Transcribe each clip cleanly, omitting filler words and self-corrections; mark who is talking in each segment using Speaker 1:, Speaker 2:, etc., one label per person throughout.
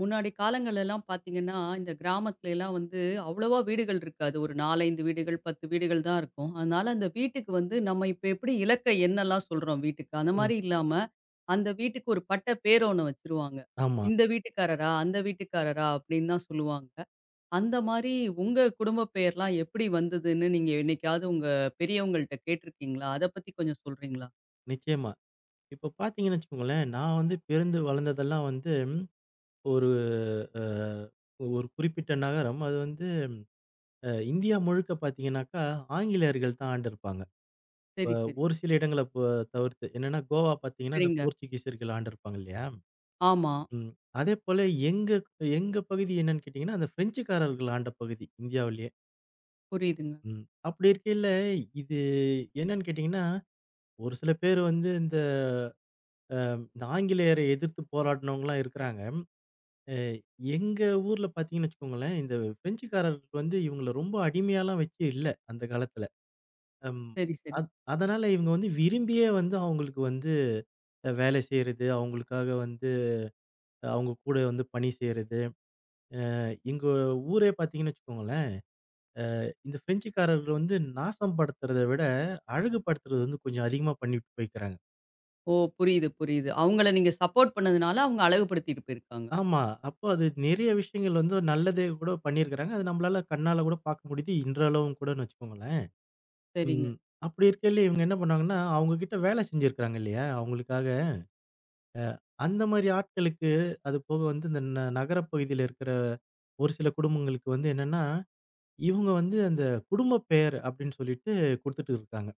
Speaker 1: முன்னாடி காலங்கள் எல்லாம் பார்த்தீங்கன்னா, இந்த கிராமத்துல எல்லாம் வந்து அவ்வளவா வீடுகள் இருக்காது. ஒரு 4, 5 வீடுகள், 10 வீடுகள் தான் இருக்கும். அதனால அந்த வீட்டுக்கு வந்து நம்ம இப்ப எப்படி இலக்க எண்ணலாம் சொல்றோம் வீட்டுக்கு, அந்த
Speaker 2: ம்.
Speaker 1: மாரி இல்லாம, அந்த வீட்டுக்கு ஒரு பட்ட பேர் ஒண்ணு வச்சுருவாங்க.
Speaker 2: ஆமா.
Speaker 1: இந்த வீட்டுக்காரரா, அந்த வீட்டுக்காரரா அப்படின்னு தான் சொல்லுவாங்க. அந்த மாரி உங்க குடும்ப பெயர்லாம் எப்படி வந்ததுன்னு நீங்க என்னைக்காவது உங்க பெரியவங்கள்ட்ட கேட்டுருக்கீங்களா? அத பத்தி கொஞ்சம் சொல்றீங்களா?
Speaker 2: நிச்சயமா. இப்ப பார்த்தீங்கன்னு வச்சுக்கோங்களேன், நான் வந்து பிறந்து வளர்ந்ததெல்லாம் வந்து ஒரு அ ஒரு குறிப்பிட்ட நகரம். அது வந்து இந்தியா முழுக்க பார்த்தீங்கன்னாக்கா, ஆங்கிலேயர்கள் தான் ஆண்டிருப்பாங்க. அ
Speaker 1: சரி, சரி.
Speaker 2: ஒரு சில இடங்கள தவிர்த்து. என்னன்னா கோவா பார்த்தீங்கன்னா, அந்த
Speaker 1: சரிங்க.
Speaker 2: போர்ச்சுகீசியர்கள் ஆண்டிருப்பாங்க இல்லையா?
Speaker 1: ஆமா.
Speaker 2: ம். அதேபோல எங்க எங்க பகுதி என்னன்னு கேட்டீங்கன்னா, அந்த பிரெஞ்சுக்காரர்கள் ஆண்ட பகுதி இந்தியாவிலேயே.
Speaker 1: புரியுதுங்க.
Speaker 2: ம். அப்படி இருக்கையில, இது என்னன்னு கேட்டீங்கன்னா, ஒரு சில பேர் வந்து இந்த இந்த ஆங்கிலேயரை எதிர்த்து போராடினவங்கலாம் இருக்கிறாங்க. அ எங்க ஊர்ல பார்த்தீங்கன்னு வச்சுக்கோங்களேன், இந்த பிரெஞ்சுக்காரர்கள் வந்து இவங்கள ரொம்ப அடிமையாலாம் வச்சு இல்ல அந்த காலத்துல. அம்
Speaker 1: சரி, சரி.
Speaker 2: அத் அதனால இவங்க வந்து விரும்பியே வந்து அவங்களுக்கு வந்து வேலை செய்றது, அவங்களுக்காக வந்து அவங்க கூட வந்து பணி செய்றது. எங்க ஊரே பார்த்தீங்கன்னு வச்சுக்கோங்களேன், இந்த பிரெஞ்சுக்காரர்கள் வந்து நாசம் படுத்துறத விட அழகுபடுத்துறது வந்து கொஞ்சம் அதிகமா பண்ணிட்டு போய்க்கிறாங்க.
Speaker 1: ஓ! புரியுது, புரியுது. அவங்கள நீங்க சப்போர்ட் பண்ணதுனால, அவங்க அழகுபடுத்திட்டு போயிருக்காங்க.
Speaker 2: ஆமா. அப்போ அது நிறைய விஷயங்கள் வந்து நல்லதே கூட பண்ணியிருக்கிறாங்க. அது நம்மளால கண்ணால கூட பார்க்க முடியுது, இன்றளவும் கூடன்னு வச்சுக்கோங்களேன்.
Speaker 1: சரிங்க.
Speaker 2: ம். அப்படி இருக்கையில இவங்க என்ன பண்ணாங்கன்னா, அவங்க கிட்ட வேலை செஞ்சிருக்கிறாங்க இல்லையா? அவங்களுக்காக அந்த மாரி ஆட்களுக்கு அது போக வந்து இந்த நகரப் பகுதியில இருக்கிற ஒரு சில குடும்பங்களுக்கு வந்து என்னன்னா, இவங்க வந்து அந்த குடும்ப பெயர் அப்படின்னு சொல்லிட்டு குடுத்துட்டு இருக்காங்க.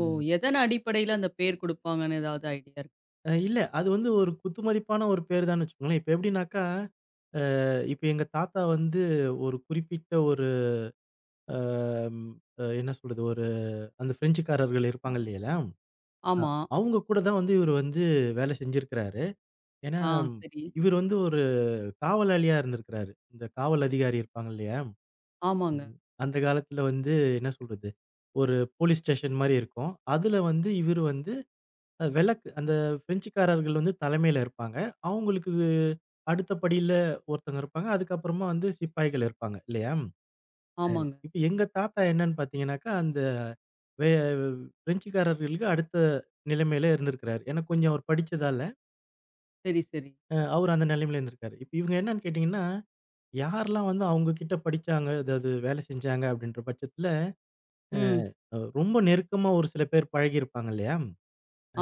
Speaker 1: ஓ! எதன் அடிப்படையில அந்த பேர் குடுப்பாங்கன்னு ஏதாவது ஐடியா
Speaker 2: இல்ல அது வந்து ஒரு குத்துமதிப்பான ஒரு பேரு தான்னு வச்சுக்கோங்களேன். இப்ப எப்படின்னாக்கா, இப்ப எங்க தாத்தா வந்து ஒரு குறிப்பிட்ட ஒரு அ என்ன சொல்றது? அந்த பிரெஞ்சுக்காரர்கள் இருப்பாங்க இல்லைங்களா? ஆ.
Speaker 1: ஆமா.
Speaker 2: அவங்க கூட தான் வந்து இவரு வந்து வேலை செஞ்சிருக்கிறாரு. ஏன்னா,
Speaker 1: ஆ சரி.
Speaker 2: இவரு வந்து ஒரு காவலாளியா இருந்திருக்கிறாரு. இந்த காவல் அதிகாரி இருப்பாங்க இல்லையா?
Speaker 1: ஆமாங்க,
Speaker 2: ம். அந்த காலத்துல வந்து என்ன சொல்றது? ஒரு போலீஸ் ஸ்டேஷன் மாரி இருக்கும். அதுல வந்து இவரு வந்து வெலக்கு அந்த பிரெஞ்சுக்காரர்கள் வந்து தலைமையில இருப்பாங்க. அவங்களுக்கு அடுத்த படியில ஒருத்தங்க இருப்பாங்க. அதுக்கப்புறமா வந்து சிப்பாய்கள் இருப்பாங்க இல்லையா?
Speaker 1: ஆமாங்க.
Speaker 2: இப்ப எங்க தாத்தா என்னன்னு பார்த்தீங்கன்னாக்கா, அந்த வே பிரெஞ்சுக்காரர்களுக்கு அடுத்த நிலைமையில இருந்திருக்கிறாரு. ஏன்னா கொஞ்சம் அவர் படிச்சதால,
Speaker 1: சரி, சரி.
Speaker 2: அவர் அந்த நிலைமையில இருந்திருக்காரு. இப்ப இவங்க என்னன்னு கேட்டீங்கன்னா, யாரெல்லாம் வந்து அவங்க கிட்ட படிச்சாங்க, அதாவது வேலை செஞ்சாங்க அப்படின்ற பட்சத்துல,
Speaker 1: ம்.
Speaker 2: ரொம்ப நெருக்கமா ஒரு சில பேர் பழகியிருப்பாங்க இல்லையா?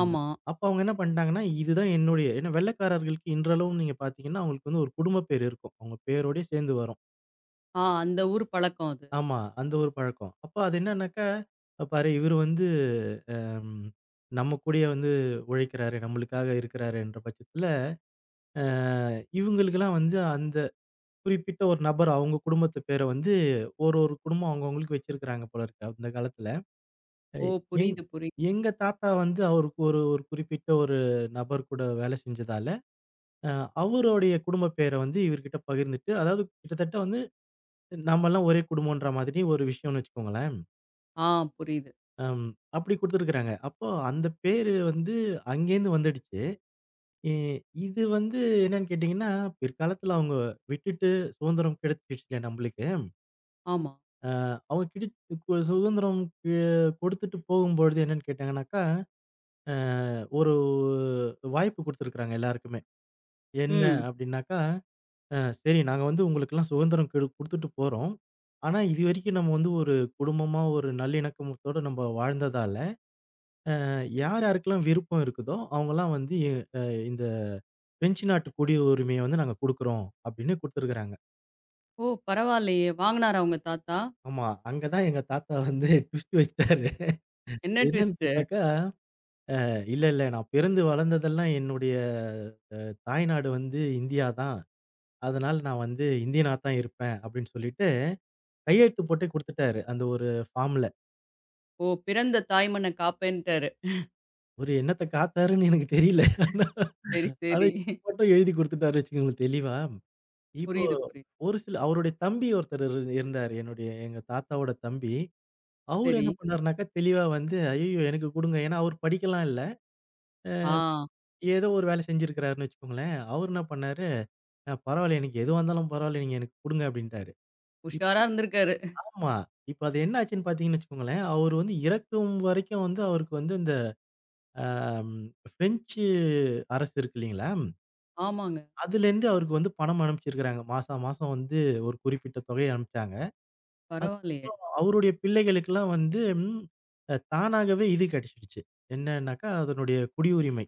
Speaker 1: ஆமா.
Speaker 2: அப்ப அவங்க என்ன பண்ணிட்டாங்கன்னா, இதுதான் என்னுடைய, ஏன்னா வெள்ளைக்காரர்களுக்கு இன்றளவும் நீங்க பார்த்தீங்கன்னா, அவங்களுக்கு வந்து ஒரு குடும்ப பேர் இருக்கும். அவங்க பேரோடயே சேர்ந்து வரும்.
Speaker 1: ஆ அந்த ஊர் பழக்கம் அது.
Speaker 2: ஆமா, அந்த ஒரு பழக்கம். அப்ப அது என்னன்னாக்கா, பாரு இவரு வந்து ம். நம்ம கூடயே வந்து உழைக்கிறாரு, நம்மளுக்காக இருக்கிறாருன்ற பட்சத்தில, அ இவங்களுக்கெல்லாம் வந்து அந்த குறிப்பிட்ட ஒரு நபர் அவங்க குடும்பத்து பேர வந்து ஒரு ஒரு குடும்பம் அவங்கவங்களுக்கு வச்சிருக்கிறாங்க போல இருக்கு அந்த காலத்தில. அ
Speaker 1: ஓ!
Speaker 2: எங்
Speaker 1: புரியுது, புரியுது.
Speaker 2: எங்க தாத்தா வந்து அவருக்கு ஒரு ஒரு குறிப்பிட்ட ஒரு நபர் கூட வேலை செஞ்சதால, அ அவருடைய குடும்ப பேர வந்து இவர்கிட்ட பகிர்ந்துட்டு, அதாவது கிட்டத்தட்ட வந்து நாமெல்லாம் ஒரே குடும்பம்ன்ற மாதிரி ஒரு விஷயம்னு வச்சுக்கோங்களேன்.
Speaker 1: ஆ புரியுது.
Speaker 2: அம். அப்படி குடுத்துருக்கிறாங்க. அப்போ அந்த பேரு வந்து அங்கேருந்து வந்துடுச்சு. எ இது வந்து என்னன்னு கேட்டீங்கன்னா, பிற்காலத்துல அவங்க விட்டுட்டு சுதந்திரம் கிடைச்சிடுச்சு இல்லையா நம்மளுக்கு.
Speaker 1: ஆமா.
Speaker 2: அ அவங்க கிடை கு- சுதந்திரம் அ கொடுத்துட்டு போகும்பொழுது என்னன்னு கேட்டாங்கன்னாக்கா, அ ஒரு வாய்ப்பு குடுத்துருக்காங்க எல்லாருக்குமே. என்ன
Speaker 1: ம்.
Speaker 2: அப்படின்னாக்கா, அ சரி நாங்க வந்து உங்களுக்கெல்லாம் சுதந்திரம் கெடு குடுத்துட்டு போறோம். ஆனா இதுவரைக்கும் நம்ம வந்து ஒரு குடும்பமா ஒரு நல்லிணக்கமத்தோட நம்ம வாழ்ந்ததால, யார் யாருக்கெல்லாம் விருப்பம் இருக்குதோ அவங்கலாம் வந்து அ இந்த பிரெஞ்சு நாட்டு குடியுரிமைய வந்து நாங்க குடுக்குறோம் அப்படின்னு குடுத்துருக்காங்க.
Speaker 1: ஓ! பரவாயில்லையே! வாங்குனாரா உங்க தாத்தா?
Speaker 2: ஆமா. அங்க தான் எங்க தாத்தா வந்து ட்விஸ்ட் வச்சுட்டாரு.
Speaker 1: என்ன
Speaker 2: என்னன்னு
Speaker 1: ட்விஸ்ட்டு?
Speaker 2: கேட்டாக்கா, இல்ல, இல்ல நான் பிறந்து வளர்ந்ததெல்லாம் என்னுடைய தாய்நாடு வந்து இந்தியா தான். அதனால நான் வந்து இந்தியனா தான் இருப்பேன் அப்படின்னு சொல்லிட்டு கையெழுத்து போட்டே குடுத்துட்டாரு, அந்த ஒரு ஃபார்ம்ல.
Speaker 1: ஓ! பிறந்த தாய்மண்ண காப்பேன்ட்டாரு.
Speaker 2: ஒரு என்னத்த காத்தாருன்னு எனக்கு தெரியல. ஆனா
Speaker 1: சரி,
Speaker 2: ஆனா
Speaker 1: சரி.
Speaker 2: மட்டும் எழுதி குடுத்துட்டாரு வச்சுக்கோங்களேன் தெளிவா. இப்போ
Speaker 1: புரியுது, புரியுது.
Speaker 2: ஒரு சில அவருடைய தம்பி ஒருத்தர் இருந்தாரு. என்னுடைய எங்க தாத்தாவோட தம்பி. அவரு
Speaker 1: சரி.
Speaker 2: என்ன பண்ணாருனாக்கா, தெளிவா வந்து, "ஐயய்யோ! எனக்கு குடுங்க." ஏன்னா அவரு படிக்கலாம் இல்ல.
Speaker 1: ஆ
Speaker 2: ஏதோ ஒரு வேலை செஞ்சிருக்கிறாருன்னு வச்சுக்கோங்களேன். அவரு என்ன பண்ணாரு, பரவாயில்ல. எனக்கு எதுவா இருந்தாலும் பரவாயில்ல. நீங்க எனக்கு குடுங்க." அப்படின்ட்டாரு.
Speaker 1: உஷாரா
Speaker 2: இப்ப
Speaker 1: இருந்திருக்காரு.
Speaker 2: ஆமா. இப்ப அது என்ன ஆச்சுன்னு பார்த்தீங்கன்னு வச்சுக்கோங்களேன், அவரு வந்து இறக்கும் வரைக்கும் வந்து அவருக்கு வந்து இந்த அ ம் பிரெஞ்சு அரசு இருக்கு இல்லீங்களா?
Speaker 1: ஆமாங்க.
Speaker 2: அதுலேருந்து அவருக்கு வந்து பணம் அனுப்பிச்சிருக்கிறாங்க. மாசா மாசம் வந்து ஒரு குறிப்பிட்ட தொகைய அனுப்பிச்சாங்க.
Speaker 1: பரவாயில்லையே!
Speaker 2: அதுக்கப்புறம் அவருடைய பிள்ளைகளுக்கெல்லாம் வந்து ம் அ தானாகவே இது கிடைச்சிடுச்சு. என்னன்னாக்கா, அதனுடைய குடியுரிமை.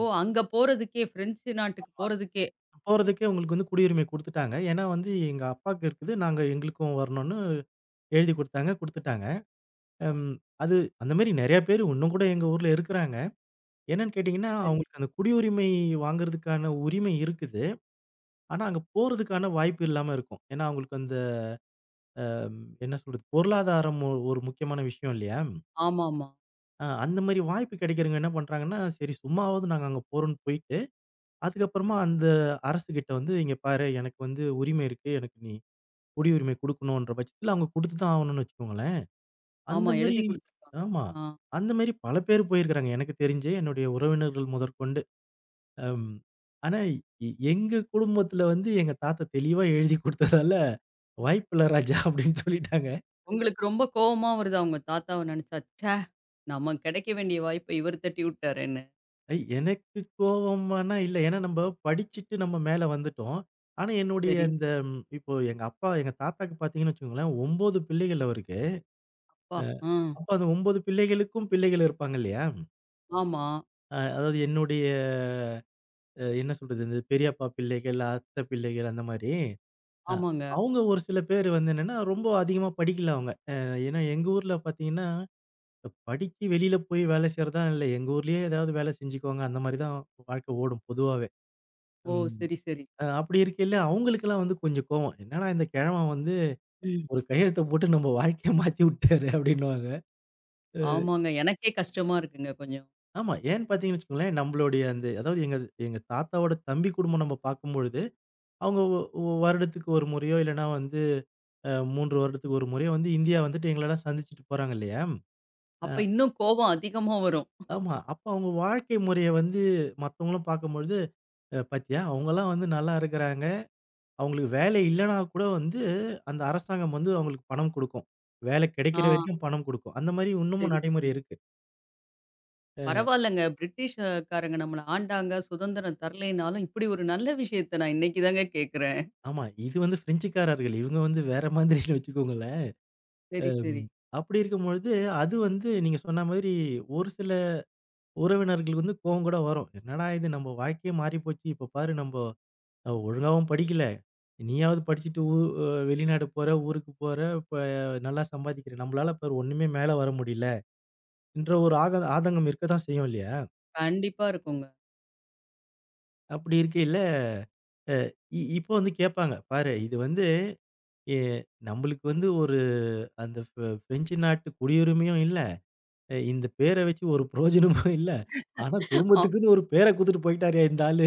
Speaker 1: ஓ! அங்க போறதுக்கே பிரெஞ்சு நாட்டுக்கு போறதுக்கே.
Speaker 2: போறதுக்கே உங்களுக்கு வந்து குடியுரிமை குடுத்துட்டாங்க. ஏன்னா வந்து எங்க அப்பாக்கு இருக்குது. நாங்க எங்களுக்கும் வரணும்னு எழுதி குடுத்தாங்க, குடுத்துட்டாங்க. ம். அது அந்த மாரி நெறைய பேரு இன்னும் கூட எங்க ஊர்ல இருக்கிறாங்க. என்னன்னு கேட்டீங்கன்னா,
Speaker 1: சரி.
Speaker 2: அவங்களுக்கு அந்த குடியுரிமை வாங்குறதுக்கான உரிமை இருக்குது. ஆனா அங்க போறதுக்கான வாய்ப்பு இல்லாம இருக்கும். ஏன்னா அவங்களுக்கு அந்த அ என்ன சொல்றது? பொருளாதாரம் ஒரு முக்கியமான விஷயம் இல்லையா?
Speaker 1: ஆமாமா.
Speaker 2: அந்த மாரி வாய்ப்பு கிடைக்கிறவங்க என்ன பண்றாங்கன்னா, சரி சும்மாவாவது நாங்க அங்க போறோம்ன்னு போயிட்டு, அதுக்கப்புறமா அந்த அரசுகிட்ட வந்து, "இங்க பாரு எனக்கு வந்து உரிமை இருக்கு. எனக்கு நீ குடியுரிமை குடுக்கணுன்ற பட்சத்துல, அவங்க குடுத்து தான் ஆவணும்னு வச்சுக்கோங்களேன். அந்த
Speaker 1: ஆமா.
Speaker 2: மாரி
Speaker 1: எழுதி குடுத்துருக்காங்க.
Speaker 2: ஆமா.
Speaker 1: ஆ.
Speaker 2: அந்த மாரி பல பேர் போயிருக்கிறாங்க, எனக்கு தெரிஞ்சு என்னுடைய உறவினர்கள் முதற்கொண்டு. அம் ஆனா எங்க குடும்பத்துல வந்து எங்க தாத்தா தெளிவா எழுதி குடுத்ததால, "வாய்ப்பில்ல ராஜா" அப்படின்னு சொல்லிட்டாங்க.
Speaker 1: உங்களுக்கு ரொம்ப கோவமா வருதா உங்க தாத்தாவ நெனச்சா? ச்சே! நமக்கு கெடைக்க வேண்டிய வாய்ப்ப இவரு தட்டி விட்டாரேன்னு.
Speaker 2: எனக்கு கோவமானா இல்ல. ஏன்னா நம்ப படிச்சுட்டு நம்ம மேல வந்துட்டோம். ஆனா என்னுடைய
Speaker 1: சரி.
Speaker 2: இந்த இப்போ எங்க அப்பா எங்க தாத்தாக்கு பாத்தீங்கன்னு வச்சுக்கோங்களேன், 9 பிள்ளைகள் அவருக்கு.
Speaker 1: அப்பா!
Speaker 2: அ
Speaker 1: ஆ.
Speaker 2: அப்ப அந்த 9 பிள்ளைகளுக்கும் பிள்ளைகள் இருப்பாங்க இல்லையா?
Speaker 1: ஆமா.
Speaker 2: அதாவது என்னுடைய என்ன சொல்றது? இந்த பெரியப்பா பிள்ளைகள், அத்தை பிள்ளைகள் அந்த மாரி. அ
Speaker 1: ஆமாங்க.
Speaker 2: அவங்க ஒரு சில பேர் வந்து என்னன்னா, ரொம்ப அதிகமா படிக்கல அவங்க. ஏன்னா எங்க ஊர்ல பார்த்தீங்கன்னா, படிச்சு வெளியில போய் வேலை செய்றதா இல்ல. எங்க ஊர்லயே ஏதாவது வேலை செஞ்சுக்குவாங்க. அந்த மாரி தான் வாழ்க்கை ஓடும் பொதுவாவே.
Speaker 1: ஓ!
Speaker 2: ம்.
Speaker 1: சரி, சரி.
Speaker 2: அப்படி இருக்கையில அவங்களுக்கெல்லாம் வந்து கொஞ்சம் கோவம். என்னடா இந்த கிழவன் வந்து
Speaker 1: ம்.
Speaker 2: ஒரு கையெழுத்த போட்டு நம்ம வாழ்க்கைய மாத்தி விட்டாரு அப்படின்னுவாங்க. அ
Speaker 1: ஆமாங்க. எனக்கே கஷ்டமா இருக்குங்க கொஞ்சம்.
Speaker 2: ஆமா. ஏன்னு பார்த்தீங்கன்னு வச்சுக்கோங்களேன், நம்மளுடைய அந்த அதாவது எங்க எங்க தாத்தாவோட தம்பி குடும்பம் நம்ம பார்க்கும்பொழுது, அவங்க ஒ ஒ- வருடத்துக்கு ஒரு முறையோ இல்லன்னா வந்து அ 3 வருடத்துக்கு ஒரு முறை வந்து இந்தியா வந்துட்டு எங்களலாம் சந்திச்சுட்டு போறாங்க இல்லையா? அ
Speaker 1: அப்ப இன்னும் கோவம் அதிகமா வரும்.
Speaker 2: ஆமா. அப்ப அவங்க வாழ்க்கை முறைய வந்து மத்தவங்களும் பார்க்கும்பொழுது, "பாத்தியா அவங்கலாம் வந்து நல்லா இருக்கிறாங்க." அவங்களுக்கு வேலை இல்லன்னா கூட வந்து அந்த அரசாங்கம் வந்து அவங்களுக்கு பணம் குடுக்கும். வேலை
Speaker 1: ஆ.
Speaker 2: கிடைக்கிற வரைக்கும் பணம் குடுக்கும். அந்த மாரி இன்னமும்
Speaker 1: சரி, சரி.
Speaker 2: நடைமுறை இருக்கு.
Speaker 1: பரவால்லங்க. பிரிட்டிஷ் காரங்க நம்மள ஆண்டாங்க, சுதந்திரம் தரலைனாலும், இப்படி ஒரு நல்ல விஷயத்த நான் இன்னைக்கு தாங்க கேட்கிறேன்.
Speaker 2: ஆமா. இது வந்து பிரெஞ்சுக்காரர்கள். இவங்க வந்து வேற மாதிரின்னு வச்சுக்கோங்களேன்.
Speaker 1: சரி,
Speaker 2: ம்.
Speaker 1: சரி.
Speaker 2: அப்படி இருக்கும்பொழுது, அது வந்து நீங்க சொன்ன மாதிரி ஒரு சில உறவினர்களுக்கு வந்து கோவம் கூட வரும். "என்னடா இது நம்ம வாழ்க்கையே மாறிப்போச்சு. இப்ப பாரு நம்போ" அவ ஒழுங்காவும் படிக்கல. நீயாவது படிச்சுட்டு ஊ அ வெளிநாடு போற, ஊருக்கு போற, இப்ப நல்லா சம்பாதிக்கிற. நம்மளால பாரு ஒண்ணுமே மேல வர முடியல. என்ற ஒரு ஆக ஆதங்கம் இருக்க தான் செய்யும் இல்லையா?
Speaker 1: கண்டிப்பா இருக்குங்க.
Speaker 2: அப்படி இருக்கையில அ இ இப்போ வந்து கேட்பாங்க. பாரு இது வந்து எ நம்மளுக்கு வந்து ஒரு அந்த பிரெஞ்சு நாட்டு குடியுரிமையும் இல்ல. இந்த பேர வச்சு ஒரு பிரயோஜனமும் இல்ல. ஆனா குடும்பத்துக்குன்னு ஒரு பேர குடுத்துட்டு போயிட்டாரே இந்த ஆளு.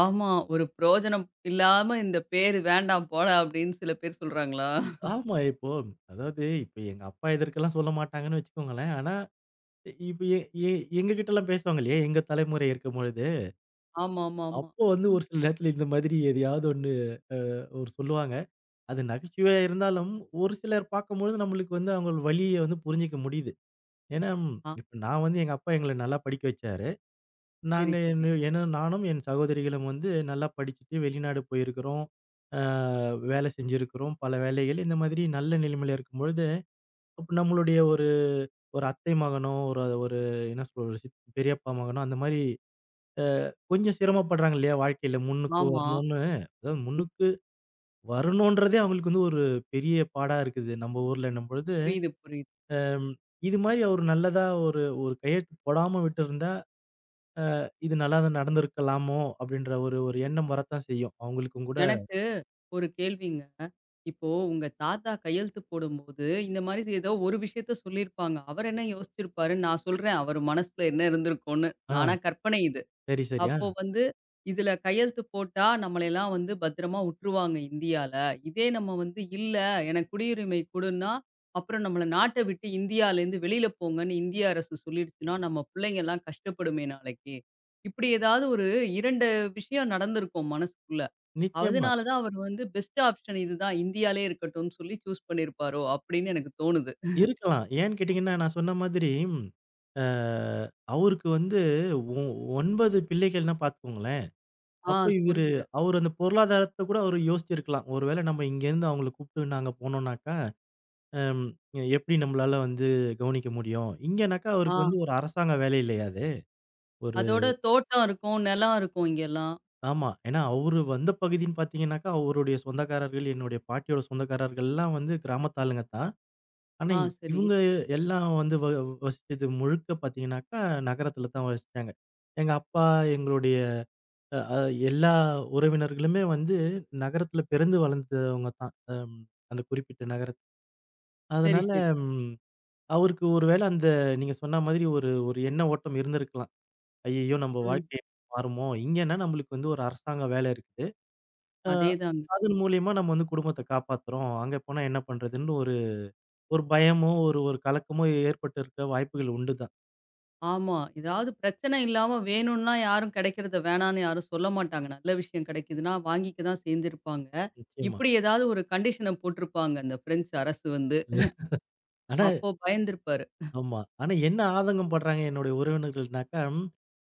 Speaker 1: ஆமா. ஒரு பிரயோஜனம் இல்லாம இந்த பேரு வேண்டாம் போடா அப்படின்னு சில பேர் சொல்றாங்களா?
Speaker 2: ஆமா இப்போ அதாவது இப்ப எங்க அப்பா இதற்கெல்லாம் சொல்ல மாட்டாங்கன்னு வச்சுக்கோங்களேன். ஆனா இப்ப எ எ எங்க கிட்டலாம் பேசுவாங்க இல்லையா? எங்க தலைமுறை இருக்கும்பொழுது.
Speaker 1: ஆமாமாமா.
Speaker 2: அப்போ வந்து
Speaker 1: ம்.
Speaker 2: ஒரு சில நேரத்துல இந்த மாதிரி எதையாவது ஒண்ணு ஒரு சொல்லுவாங்க. அது நகைச்சுவையா இருந்தாலும், ஒரு சிலர் பார்க்கும்பொழுது நம்மளுக்கு வந்து அவங்க வலிய வந்து புரிஞ்சுக்க முடியுது. ஏன்னா,
Speaker 1: ஆ
Speaker 2: இப்ப நான் வந்து எங்க அப்பா எங்கள நல்லா படிக்க வச்சாரு.
Speaker 1: சரி,
Speaker 2: நாங்க
Speaker 1: சரி.
Speaker 2: என்ன ஏன்னா நானும் என் சகோதரிகளும் வந்து நல்லா படிச்சுட்டு வெளிநாடு போயிருக்கிறோம். ஆ வேலை செஞ்சிருக்கிறோம். பல வேலைகள் இந்த மாதிரி நல்ல நிலைமையில இருக்கும்பொழுது, அப்ப நம்மளுடைய ஒரு ஒரு அத்தை மகனோ, ஒரு ஒரு என்ன சொல்றது? ஒரு பெரியப்பா மகனோ அந்த மாரி கொஞ்சம் சிரமப்படுறாங்க இல்லையா? வாழ்க்கையில முன்னுக்கு
Speaker 1: ஆமா.
Speaker 2: வரணும்னு. அதாவது முன்னுக்கு வரணுன்றதே அவங்களுக்கு வந்து ஒரு பெரிய பாடா இருக்குது. நம்ம ஊர்லன்னும் பொழுது,
Speaker 1: புரியுது, புரியுது.
Speaker 2: அம் இது மாரி அவரு நல்லதா ஒரு ஒரு கையெழுத்து போடாம விட்டிருந்தா, இது நல்லா தான் நடந்திருக்கலாமோ! அப்பிடின்ற ஒரு ஒரு எண்ணம் வரத்தான் செய்யும். அவங்களுக்கும் கூட.
Speaker 1: எனக்கு ஒரு கேள்விங்க. இப்போ உங்க தாத்தா கையெழுத்து போடும்போது, இந்த மாரி ஏதோ ஒரு விஷயத்த சொல்லியிருப்பாங்க. அவர் என்ன யோசிச்சிருப்பாருன்னு நான் சொல்றேன். அவர் மனசுல என்ன இருந்திருக்கும்னு.
Speaker 2: ஆ,
Speaker 1: நானா கற்பனை இது.
Speaker 2: சரி, சரி. ஆ,
Speaker 1: அப்போ வந்து இதுல கையெழுத்து போட்டா நம்மளையெல்லாம் வந்து பத்திரமா உட்டுருவாங்க இந்தியால. இதே நம்ம வந்து இல்ல எனக்கு குடியுரிமை குடுன்னா, அப்புறம் நம்மள நாட்ட விட்டு இந்தியாலேருந்து வெளியில போங்கன்னு இந்திய அரசு சொல்லிடுச்சுன்னா, நம்ம பிள்ளைங்கலாம் கஷ்டப்படுமே நாளைக்கு. இப்படி ஏதாவது ஒரு 2 விஷயம் நடந்திருக்கும் மனசுக்குள்ள.
Speaker 2: நிச்சயமா.
Speaker 1: அதனால தான் அவர் வந்து பெஸ்ட் ஆப்ஷன் இதுதான் இந்தியாலே இருக்கட்டும்னு சொல்லி சூஸ் பண்ணியிருப்பாரோ! அப்படின்னு எனக்கு தோணுது.
Speaker 2: இருக்கலாம். ஏன்னு கேட்டீங்கன்னா, நான் சொன்ன மாதிரி, அ அவருக்கு வந்து 9 பிள்ளைகள்னா பார்த்துக்கோங்களேன்.
Speaker 1: ஆ
Speaker 2: அப்ப இவரு
Speaker 1: புரியுது.
Speaker 2: அவரு அந்த பொருளாதாரத்த கூட அவரு யோசிச்சிருக்கலாம். ஒருவேளை நம்ம இங்கேருந்து அவங்கள கூப்பிட்டு நாங்க போனோம்னாக்கா, அம் எப்படி நம்மளால வந்து கவனிக்க முடியும்? இங்கனாக்கா
Speaker 1: ஆ
Speaker 2: அவருக்கு வந்து ஒரு அரசாங்க வேலை இல்லையா அது? ஒரு
Speaker 1: அதோட தோட்டம் இருக்கும், நிலம் இருக்கும் இங்கெல்லாம்.
Speaker 2: ஆமா. ஏன்னா அவரு வந்த பகுதின்னு பார்த்தீங்கன்னாக்கா, அவருடைய சொந்தக்காரர்கள், என்னுடைய பாட்டியோட சொந்தக்காரர்கள்லாம் வந்து கிராமத்து ஆளுங்க தான். ஆனா
Speaker 1: ஆ
Speaker 2: இ-
Speaker 1: சரி.
Speaker 2: இவங்க எல்லாம் வந்து வசிச்சது முழுக்க பார்த்தீங்கன்னாக்கா, நகரத்துல தான் வசிச்சாங்க. எங்க அப்பா, எங்களுடைய அ அ எல்லா உறவினர்களுமே வந்து நகரத்துல பிறந்து வளர்ந்தவங்க தான். அம் அந்த குறிப்பிட்ட நகரத்
Speaker 1: சரி,
Speaker 2: அதனால
Speaker 1: சரி.
Speaker 2: ம் அவருக்கு ஒரு வேள அந்த நீங்க சொன்ன மாதிரி ஒரு ஒரு எண்ண ஓட்டம் இருந்திருக்கலாம். ஐய்யயோ! நம்ம
Speaker 1: ம்.
Speaker 2: வாழ்க்கை மாறுமோ! இங்கன்னா நம்மளுக்கு வந்து ஒரு அரசாங்க வேலை இருக்குது. அ
Speaker 1: அதேதாங்க.
Speaker 2: அதன் மூலியமா நம்ம வந்து குடும்பத்த காப்பாத்துறோம். அங்க போனா என்ன பண்றதுன்னு ஒரு ஒரு பயமோ, ஒரு ஒரு கலக்கமோ ஏற்பட்டு இருக்க வாய்ப்புகள் உண்டு தான்.
Speaker 1: ஆமா. ஏதாவது பிரச்சனை இல்லாம வேணும்னா யாரும் கிடைக்கிறத வேணான்னு யாரும் சொல்ல மாட்டாங்க. நல்ல விஷயம் கிடைக்குதுன்னா வாங்கிக்க தான் சேர்ந்திருப்பாங்க.
Speaker 2: நிச்சயமா.
Speaker 1: இப்படி ஏதாவது ஒரு கண்டிஷன போட்டிருப்பாங்க அந்த பிரெஞ்சு அரசு வந்து.
Speaker 2: ஆனா
Speaker 1: அப்போ பயந்திருப்பாரு.
Speaker 2: ஆமா. ஆனா என்ன ஆதங்கம் படுறாங்க என்னுடைய உறவினர்கள்னாக்கா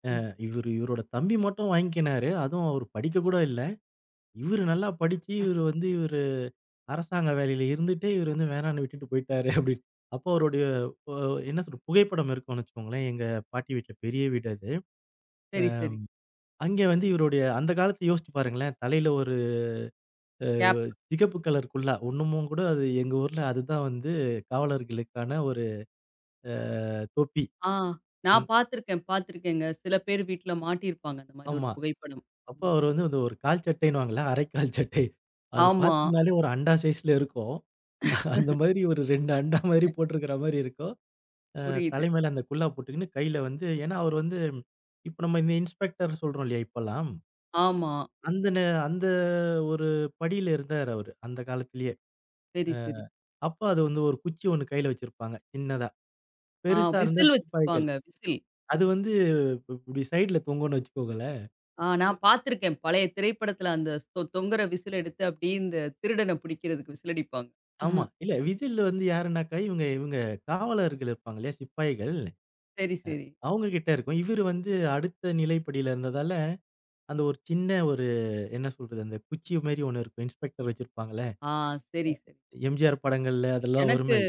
Speaker 1: ம்.
Speaker 2: இவரு இவரோட தம்பி மட்டும் வாங்கிக்கினாரு. அதுவும் அவரு படிக்க கூட இல்ல. இவரு நல்லா படிச்சு, இவரு வந்து இவரு அரசாங்க வேலையில இருந்துட்டே இவரு வந்து வேணான்னு விட்டுட்டு போயிட்டாரு அப்படின்னு. அப்போ அவருடைய அ என்ன சொல்றது புகைப்படம் இருக்கும்னு வச்சுக்கோங்களேன். எங்க பாட்டி வீட்ல பெரிய வீடு அது.
Speaker 1: சரி, சரி.
Speaker 2: அங்கே வந்து இவருடைய அந்த காலத்த யோசிச்சு பாருங்களேன். தலையில ஒரு அ
Speaker 1: கேப்.
Speaker 2: சிகப்பு கலர் குல்லா. இன்னமும் கூட அது எங்க ஊர்ல அதுதான் வந்து காவலர்களுக்கான ஒரு தொப்பி.
Speaker 1: ஆ
Speaker 2: ம்.
Speaker 1: நான் பார்த்துருக்கேன், பார்த்துருக்கேங்க. சில பேர் வீட்ல மாட்டியிருப்பாங்க அந்த மாரி ஒரு
Speaker 2: ஆமா.
Speaker 1: புகைப்படம்.
Speaker 2: அப்போ
Speaker 1: ம்.
Speaker 2: அவரு வந்து அந்த ஒரு கால் சட்டைன்னுவாங்கல்ல, அரைக்கால் சட்டை. அது
Speaker 1: ஆமா.
Speaker 2: பார்த்தீங்கன்னாலே ஒரு அண்டா சைஸ்ல இருக்கும். அந்த மாதிரி ஒரு 2 அண்டா மாதிரி போட்டிருக்கிற மாரி இருக்கும்.
Speaker 1: புரியுது.
Speaker 2: தலை மேல அந்த குல்லா போட்டுக்கின்னு கையில வந்து ஏன்னா அவர் வந்து இப்ப நம்ம இந்த இன்ஸ்பெக்டர் சொல்றோம் இல்லையா இப்பல்லாம்.
Speaker 1: ஆமா.
Speaker 2: அந்த நே அந்த ஒரு படியில இருந்தார் அவரு, அந்த காலத்திலேயே.
Speaker 1: சரி, சரி.
Speaker 2: அப்ப அது வந்து ஒரு குச்சி ஒண்ணு கையில வச்சிருப்பாங்க, சின்னதா.
Speaker 1: ஆ
Speaker 2: பெருசா இருந்தா
Speaker 1: விசில்
Speaker 2: சிப்பாய்கள்.
Speaker 1: வச்சிருப்பாங்க. விசில்.
Speaker 2: அது வந்து இப்படி சைடுல தொங்கும்ன்னு வச்சுக்கோங்களேன்.
Speaker 1: ஆ நான் பார்த்துருக்கேன். பழைய திரைப்படத்துல அந்த தொங்குற விசில் எடுத்து அப்படியே இந்த திருடன பிடிக்கிறதுக்கு விசில் அடிப்பாங்க.
Speaker 2: ஆமா. இல்ல விசில் வந்து யாருன்னாக்கா இவங்க இவங்க காவலர்கள் இருப்பாங்க இல்லையா, சிப்பாய்கள்.
Speaker 1: சரி, சரி.
Speaker 2: அவங்க கிட்ட இருக்கும். இவரு வந்து அடுத்த நிலை படியில இருந்ததால அந்த ஒரு சின்ன ஒரு என்ன சொல்றது? அந்த குச்சி மாரி ஒண்ணு இருக்கும். இன்ஸ்பெக்டர் வச்சிருப்பாங்களே!
Speaker 1: ஆ சரி, சரி.
Speaker 2: எம்ஜிஆர் படங்கள்ல அதெல்லாம்
Speaker 1: எனக்கு
Speaker 2: வருமே!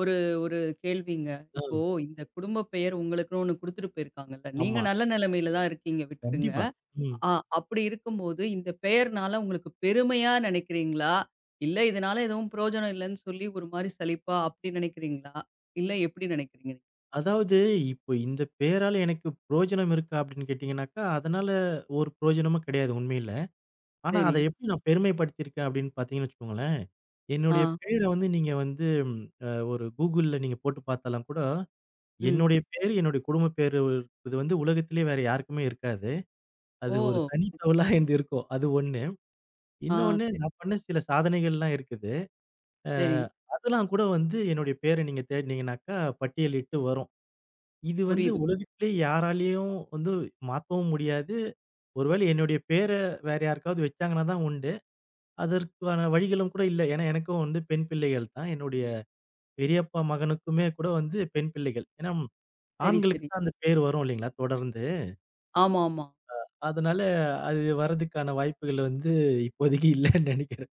Speaker 1: ஒரு ஒரு கேள்விங்க.
Speaker 2: ஆ,
Speaker 1: இப்போ இந்த குடும்ப பெயர் உங்களுக்குன்னு ஒண்ணு குடுத்துட்டு போயிருக்காங்கல்ல. நீங்க
Speaker 2: ஆமா.
Speaker 1: நல்ல நிலைமையில தான் இருக்கீங்க விட்டுருங்க.
Speaker 2: கண்டிப்பா. ம்.
Speaker 1: ஆ அப்படி இருக்கும்போது இந்த பெயர்னால உங்களுக்கு பெருமையா நினைக்கிறீங்களா? இல்ல இதனால எதுவும் பிரயோஜனம் இல்லன்னு சொல்லி ஒரு மாரி சலிப்பா அப்படி நினைக்கிறீங்களா? இல்ல எப்படி நினைக்கிறீங்க?
Speaker 2: அதாவது இப்போ இந்த பேரால எனக்கு புரோஜனம் இருக்கா அப்படின்னு கேட்டீங்கன்னாக்கா, அதனால ஒரு புரோஜனமும் கிடையாது உண்மையில. ஆனா, அத
Speaker 1: சரி.
Speaker 2: எப்படி நான் பெருமைப்படுத்தியிருக்கேன் அப்படின்னு பார்த்தீங்கன்னு வச்சுக்கோங்களேன்,
Speaker 1: ஆ.
Speaker 2: என்னுடைய பேர வந்து நீங்க வந்து ஒரு கூகுள்ல நீங்க போட்டு பார்த்தாலும் கூட,
Speaker 1: ம்.
Speaker 2: என்னுடைய பேரு, என்னுடைய குடும்ப பேரு இது வந்து உலகத்திலேயே வேற யாருக்குமே இருக்காது. அது ஒரு
Speaker 1: ஓ!
Speaker 2: தனி தவளா என்னது இருக்கும். அது ஒண்ணு.
Speaker 1: ஆ
Speaker 2: இன்னொன்னு
Speaker 1: சரி,
Speaker 2: நான் பண்ண சில சாதனைகள்லாம் இருக்குது. அ
Speaker 1: சரி.
Speaker 2: அதெல்லாம் கூட வந்து என்னுடைய பேர நீங்க தேடுனீங்கனாக்கா பட்டியலிட்டு வரும். இது வந்து
Speaker 1: புரியுது.
Speaker 2: உலகத்திலே யாராலயும் வந்து மாத்தவும் முடியாது. ஒருவேளை என்னுடைய பேர வேற யாருக்காவது வச்சாங்கன்னா தான் உண்டு. அதற்கான வழிகளும் கூட இல்ல. ஏன்னா எனக்கும் வந்து பெண் பிள்ளைகள் தான். என்னுடைய பெரியப்பா மகனுக்குமே கூட வந்து பெண் பிள்ளைகள். ஏன்னா
Speaker 1: சரி,
Speaker 2: ஆண்களுக்கு
Speaker 1: சரி.
Speaker 2: தான் அந்த பேர் வரும் இல்லைங்களா தொடர்ந்து.
Speaker 1: ஆமா, ஆமா.
Speaker 2: அதனால அது வர்றதுக்கான வாய்ப்புகள் வந்து இப்போதைக்கு இல்லன்னு நெனைக்கிறேன்.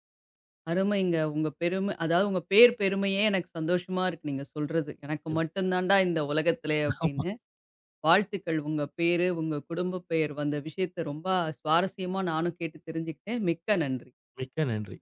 Speaker 1: அருமைங்க. உங்க பெருமை அதாவது உங்க பேர் பெருமையே எனக்கு சந்தோஷமா இருக்கு நீங்க சொல்றது. எனக்கு மட்டும் தான்டா இந்த உலகத்திலே
Speaker 2: ஆமா.
Speaker 1: அப்படின்னு. வாழ்த்துக்கள் உங்க பேரு, உங்க குடும்ப பெயர் வந்த விஷயத்த ரொம்ப சுவாரஸ்யமா நானும் கேட்டு தெரிஞ்சுக்கிட்டேன். மிக்க நன்றி.
Speaker 2: மிக்க நன்றி.